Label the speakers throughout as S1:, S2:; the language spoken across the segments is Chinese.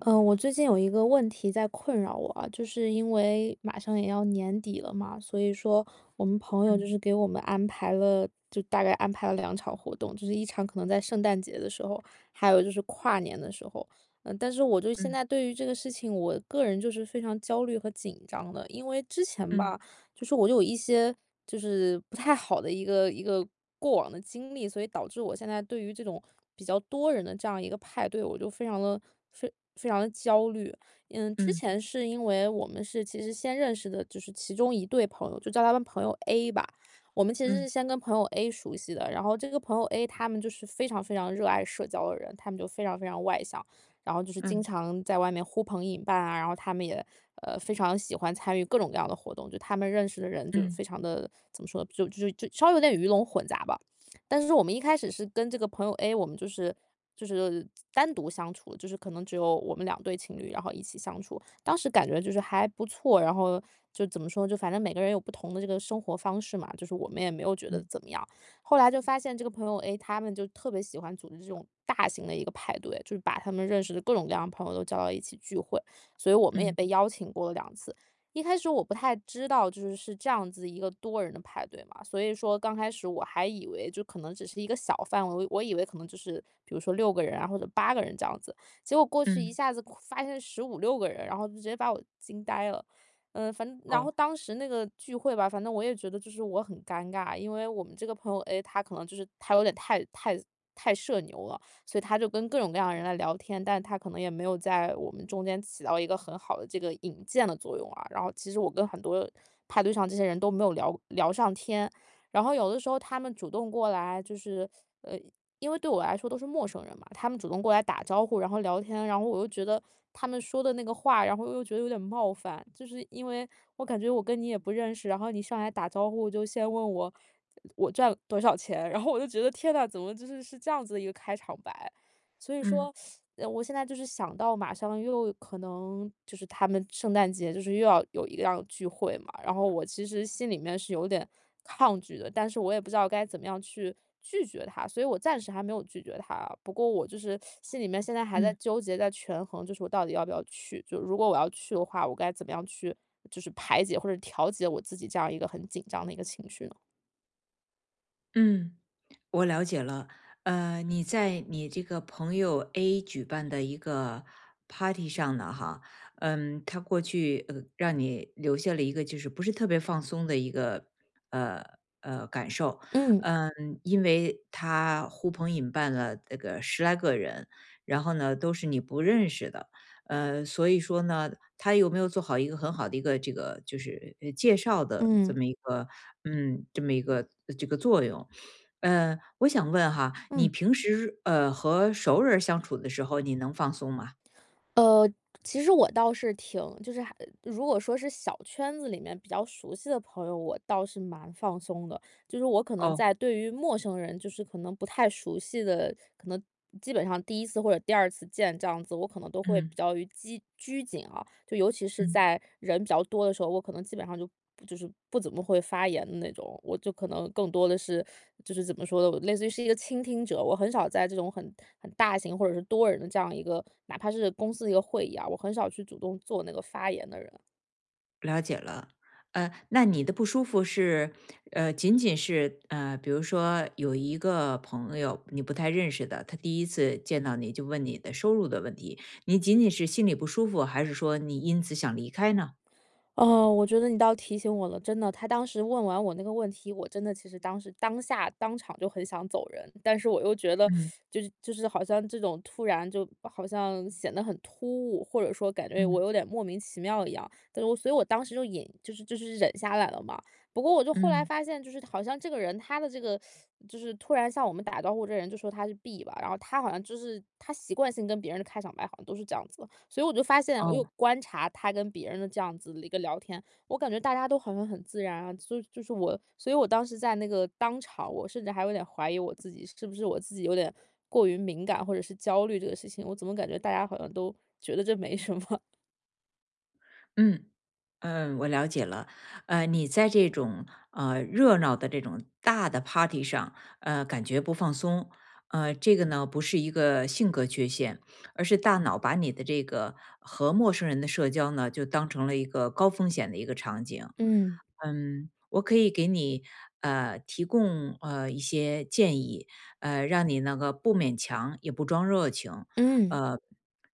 S1: 我最近有一个问题在困扰我啊，就是因为马上也要年底了嘛，所以说我们朋友就
S2: 嗯
S1: 是给我们安排了，就大概安排了两场活动，就是一场可能在圣诞节的时候，还有就是跨年的时候。但是我就现
S2: 嗯
S1: 在对于这个事情，我个人就是非常焦虑和紧张的，因为之前
S2: 嗯
S1: 吧，就是我就有一些就是不太好的一个过往的经历，所以导致我现在对于这种比较多人的这样一个派对，我就非常的非常的焦虑。之
S2: 嗯
S1: 前是因为我们是其实先认识的，就是其中一对朋友，就叫他们朋友 A 吧。我们其实
S2: 嗯
S1: 是先跟朋友 A 熟悉的，然后这个朋友 A 他们就是非常非常热爱社交的人，他们就非常非常外向。然后就是经
S2: 嗯
S1: 常在外面呼朋引伴啊，然后他们也非常喜欢参与各种各样的活动，就他们认识的人就非
S2: 嗯
S1: 常的怎么说，就稍微有点鱼龙混杂吧。但是我们一开始是跟这个朋友 A，我们就是单独相处，就是可能只有我们两对情侣，然后一起相处。当时感觉就是还不错，然后就怎么说，就反正每个人有不同的这个生活方式嘛，就是我们也没有觉得
S2: 嗯
S1: 怎么样。后来就发现这个朋友 A，他们就特别喜欢组织这种大型的一个派对，就是把他们认识的各种各样的朋友都叫到一起聚会，所以我们也
S2: 嗯
S1: 被邀请过了两次。一开始我不太知道，就是是这样子一个多人的派对嘛，所以说刚开始我还以为就可能只是一个小范围，我以为可能就是比如说六个人啊或者八个人这样子，结果过去一
S2: 嗯，
S1: 下子发现十五六个人，然后就直接把我惊呆了。反正然
S2: 哦，
S1: 后当时那个聚会吧，反正我也觉得就是我很尴尬，因为我们这个朋友 A 他可能就是他有点太社牛了，所以他就跟各种各样的人来聊天，但他可能也没有在我们中间起到一个很好的这个引荐的作用啊。然后其实我跟很多派对上这些人都没有聊上天，然后有的时候他们主动过来，就是呃因为对我来说都是陌生人嘛，他们主动过来打招呼，然后聊天，然后我又觉得他们说的那个话，然后又觉得有点冒犯，就是因为我感觉我跟你也不认识，然后你上来打招呼就先问我我赚多少钱，然后我就觉得天呐，怎么就是是这样子的一个开场白？所以
S2: 嗯
S1: 说，我现在就是想到马上又可能就是他们圣诞节就是又要有一样聚会嘛，然后我其实心里面是有点抗拒的，但是我也不知道该怎么样去拒绝他，所以我暂时还没有拒绝他。不过我就是心里面现在还在
S2: 嗯
S1: 纠结，在权衡，就是我到底要不要去。就如果我要去的话，我该怎么样去就是排解或者调节我自己这样一个很紧张的一个情绪呢？
S2: 嗯。我了解了。你在你这个朋友 A 举办的一个 party 上呢，哈。他过去让你留下了一个就是不是特别放松的一个呃感受。
S1: 嗯
S2: 嗯，因为他呼朋引伴了这个十来个人，然后呢都是你不认识的，所以说呢，他有没有做好一个很好的一个这个就是介绍的这
S1: 嗯
S2: 么一个这么一个这个作用？我想问哈，你
S1: 嗯。
S2: 平时和熟人儿相处的时候，你能放松吗？
S1: 呃，其实我倒是挺就是还如果说是小圈子里面比较熟悉的朋友，我倒是蛮放松的。就是我可能
S2: 哦，
S1: 在对于陌生人，就是可能不太熟悉的，可能基本上第一次或者第二次见这样子，我可能都会比
S2: 嗯
S1: 较于拘谨啊，就尤其是
S2: 嗯。
S1: 在人比较多的时候，我可能基本上就是不怎么会发言的那种，我就可能更多的是就是怎么说呢，我类似于是一个倾听者，我很少在这种很大型或者是多人的这样一个，哪怕是公司的一个会议啊，我很少去主动做那个发言的人。
S2: 了解了。那你的不舒服是仅仅是比如说有一个朋友你不太认识的，他第一次见到你就问你的收入的问题，你仅仅是心里不舒服，还是说你因此想离开呢？
S1: 哦，我觉得你倒提醒我了，真的，他当时问完我那个问题，我真的其实当时当下当场就很想走人，但是我又觉得，
S2: 嗯
S1: 就是好像这种突然就好像显得很突兀，或者说感觉我
S2: 嗯
S1: 有点莫名其妙一样，但是我所以我当时就隐就是就是忍下来了嘛，不过我就后来
S2: 嗯，
S1: 发现，就是好像这个人他的这个，就是突然向我们打招呼，这人就说他是 B 吧，然后他好像就是他习惯性跟别人的开场白好像都是这样子的，所以我就发现我
S2: 哦，
S1: 有观察他跟别人的这样子的一个聊天，我感觉大家都好像很自然啊，就是我，所以我当时在那个当场，我甚至还有点怀疑我自己是不是我自己有点过于敏感或者是焦虑这个事情，我怎么感觉大家好像都觉得这没什么？
S2: 嗯。我了解了。你在这种热闹的这种大的 party 上，感觉不放松。这个呢不是一个性格缺陷，而是大脑把你的这个和陌生人的社交呢，就当成了一个高风险的一个场景。
S1: 嗯
S2: 我可以给你提供一些建议，让你那个不勉强，也不装热情，
S1: 嗯
S2: 呃，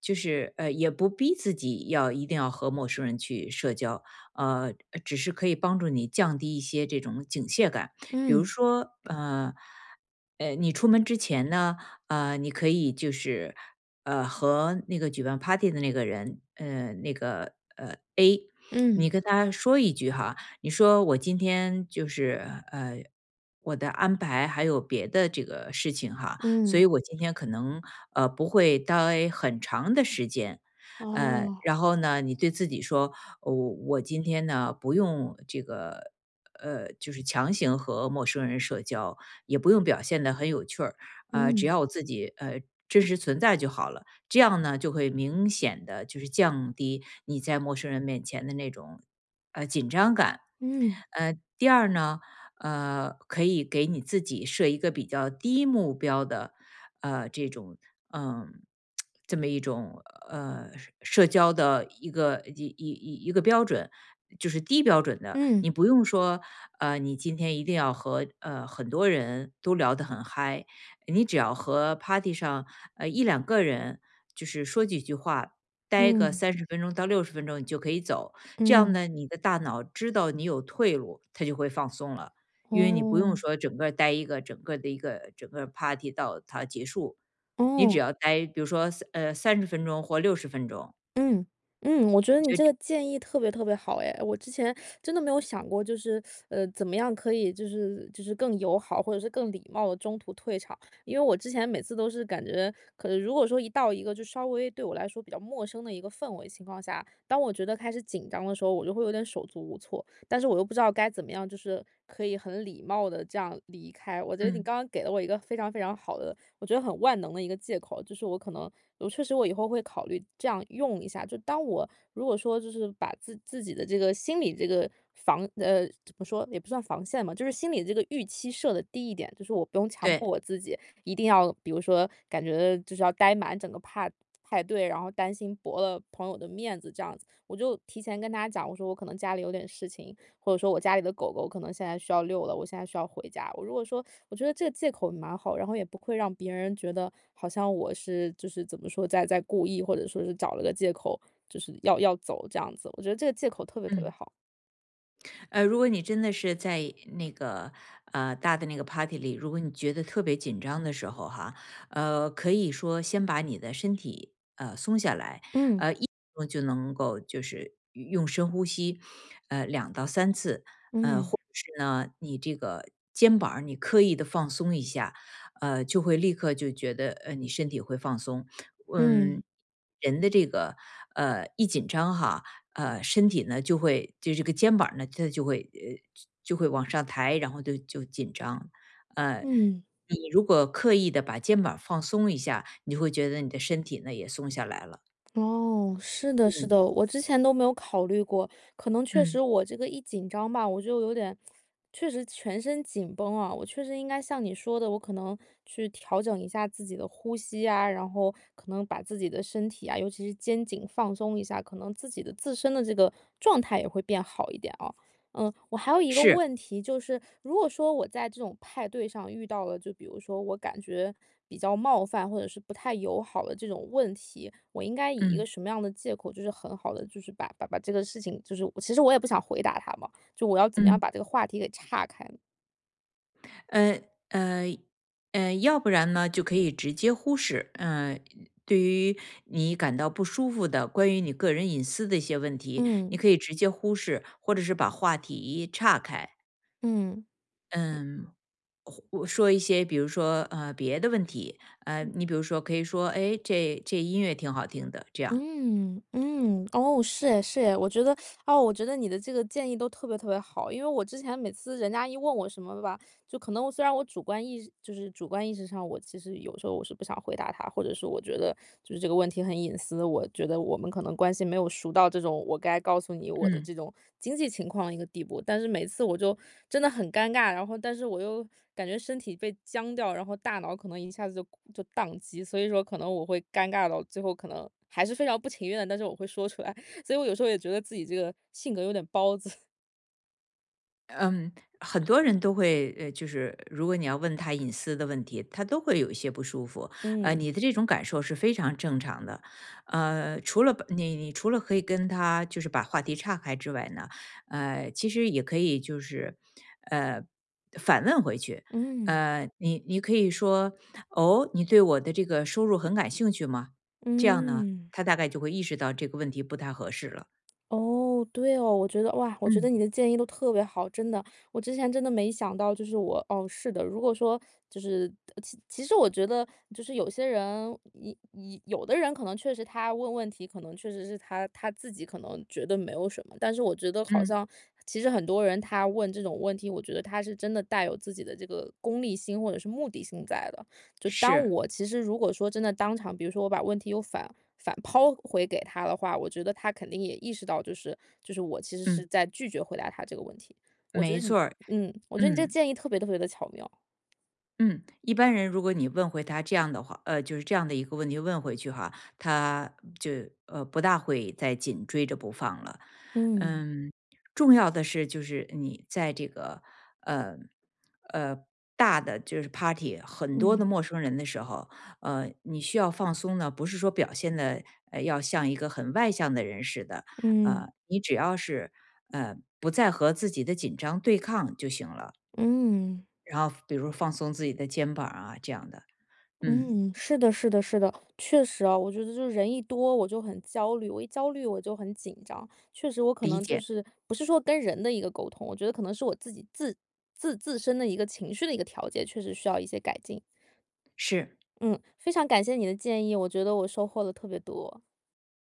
S2: 就是也不逼自己要一定要和陌生人去社交，呃，只是可以帮助你降低一些这种警戒感。比如
S1: 嗯
S2: 说你出门之前呢，你可以就是和那个举办 party 的那个人，那个A，
S1: 嗯
S2: 你跟他说一句哈。你说我今天就是呃，我的安排还有别的这个事情哈，所
S1: 嗯，
S2: 以我今天可能不会待很长的时间。
S1: 哦，
S2: 然后呢，你对自己说，我今天呢不用这个，就是强行和陌生人社交，也不用表现的很有趣儿。只
S1: 嗯。
S2: 要我自己真实存在就好了。这样呢，就会明显的就是降低你在陌生人面前的那种紧张感。
S1: 嗯，
S2: 第二呢，可以给你自己设一个比较低目标的，这种，嗯，这么一种社交的一个一一一一个标准，就是低标准的。
S1: 嗯，
S2: 你不用说，你今天一定要和很多人都聊得很嗨，你只要和 party 上一两个人，就是说几句话，待个
S1: 嗯，
S2: 30分钟到60分钟，你就可以走。这样
S1: 嗯，
S2: 呢，你的大脑知道你有退路，它就会放松了，因为你不用
S1: 哦，
S2: 说整个儿待一个整个的一个整个 party 到它结束，你只
S1: 哦，
S2: 要待，比如说，30分钟或60分钟。
S1: 嗯，嗯，我觉得你
S2: 你
S1: 这
S2: 觉
S1: 个建议特别特别好哎，我之前真的没有想过，就是怎么样可以就是更友好或者是更礼貌的中途退场，因为我之前每次都是感觉，可能如果说一到一个就稍微对我来说比较陌生的一个氛围情况下，当我觉得开始紧张的时候，我就会有点手足无措，但是我又不知道该怎么样，就是可以很礼貌的这样离
S2: 得
S1: 开。我觉
S2: 这
S1: 得你
S2: 嗯，
S1: 刚刚给了我一个非常非常好的我觉得很万能的一个借口，就是我可能我确实我以后会考虑这样用一下。就当我如果说就是把自己的这个心理这个怎么说也不算防线嘛，就是心理这个预期设的低一点，就是我不用强
S2: 对，
S1: 迫我自己一定要，比如说感觉就是要待满整个 派对，然后担心驳了朋友的面子这样子。我就提前跟大家讲，我说我可能家里有点事情，或者说我家里的狗狗可能现在需要遛了，我现在需要回家。我如果说我觉得这个借口蛮好，然后也不会让别人觉得好像我是就是怎么说在故意，或者说是找了个借口就是要走这样子。我觉得这个借口特别特别
S2: 嗯。
S1: 好。
S2: 如果你真的是在那个大的那个 party 里，如果你觉得特别紧张的时候哈，可以说先把你的身体松下来。
S1: 嗯
S2: 1分钟就能够就是用深呼吸，2到3次。或
S1: 嗯
S2: 者是呢，你这个肩膀儿你刻意的放松一下，就会立刻就觉得你身体会放松。
S1: 嗯
S2: 嗯，人的这个一紧张哈，身体呢就会就这个肩膀呢，它就会就会往上抬，然后就紧张。呃，
S1: 嗯。
S2: 你如果刻意的把肩膀放松一下，你就会觉得你的身体呢也松下来了。
S1: 哦，是的，是
S2: 嗯
S1: 的，我之前都没有考虑过，可能确实
S2: 嗯，
S1: 我这个一紧张吧，我就有点，确实全身紧绷啊。我确实应该像你说的，我可能去调整一下自己的呼吸啊，然后可能把自己的身体啊，尤其是肩颈放松一下，可能自己的自身的这个状态也会变好一点啊。嗯，我还有一个
S2: 是，
S1: 问题，就是如果说我在这种派对上遇到了，就比如说我感觉比较冒犯或者是不太友好的这种问题，我应该以一个
S2: 嗯
S1: 什么样的借口，就是很好的，就是把这个事情，就是其实我也不想回答他嘛，就我要怎么样
S2: 嗯。
S1: 把这个话题给岔开呢？
S2: 呃呃要不然呢，就可以直接忽视。对于你感到不舒服的关于你个人隐私的一些问题，你
S1: 嗯
S2: 可以直接忽视，或者是把话题岔开。
S1: 嗯。
S2: 嗯，或我说一些，比如说别的问题。
S1: 嗯。
S2: 你比如说可以说，哎，这音乐挺好听的，这样。
S1: 嗯嗯，哦，是诶是诶，我觉得，哦，我觉得你的这个建议都特别特别好，因为我之前每次人家一问我什么吧，就可能我虽然我主观意识就是主观意识上，我其实有时候我是不想回答他，或者是我觉得就是这个问题很隐私，我觉得我们可能关系没有熟到这种我该告诉你我的
S2: 嗯。
S1: 这种经济情况的一个地步。但是每次我就真的很尴尬，然后但是我又感觉身体被僵掉，然后大脑可能一下子就宕机，所以说可能我会尴尬到最后可能还是非常不情愿的，但是我会说出来，所以我有时候也觉得自己这个性格有点包子，
S2: 嗯，很多人都会，就是如果你要问他隐私的问题，他都会有一些不舒服。
S1: 嗯。
S2: 你的这种感受是非常正常的。除了把你你除了可以跟他就是把话题岔开之外呢，其实也可以就是，呃，反问回去。
S1: 嗯
S2: 你可以说，哦，你对我的这个收入很感兴趣吗？这样呢，
S1: 嗯。
S2: 他大概就会意识到这个问题不太合适了。
S1: 哦，对哦，我觉得哇，我觉得
S2: 嗯
S1: 你的建议都特别好，真的，我之前真的没想到，就是我哦，是的，如果说就是其实我觉得就是有些人，有的人可能确实他问问题，可能确实是他自己可能觉得没有什么，但是我觉得好
S2: 嗯，
S1: 像其实很多人他问这种问题，我觉得他是真的带有自己的这个功利心或者是目的性在的，就当
S2: 是，
S1: 我其实如果说真的当场，比如说我把问题又反抛回给他的话，我觉得他肯定也意识到，就是我其实是
S2: 嗯，
S1: 在拒绝回答他这个问题。我觉得
S2: 没
S1: 你，
S2: 错儿。
S1: 嗯，我觉得你这个
S2: 嗯。
S1: 建议特别特别的巧妙。
S2: 嗯，一般人如果你问回他这样的话，就是这样的一个问题问回去哈，他就不大会再紧追着不放了。
S1: 嗯
S2: 嗯，重要的是就是你在这个呃呃大的就是 party 很多
S1: 嗯
S2: 的陌生人的时候，你需要放松呢，不是说表现的要像一个很外向的人似的。
S1: 嗯
S2: 你只要是不再和自己的紧张对抗就行了。
S1: 嗯
S2: 然后比如放松自己的肩膀啊，这样的。嗯，
S1: 嗯，是的，是的，是的，确实啊，我觉得就是人一多我就很焦虑，我一焦虑我就很紧张。确实，我可
S2: 理
S1: 能就
S2: 解，
S1: 是不是说跟人的一个沟通，我觉得可能是我自己自身的一个情绪的一个调节，确实需要一些改进。
S2: 是。
S1: 嗯，非常感谢你的建议，我觉得我收获了特别多。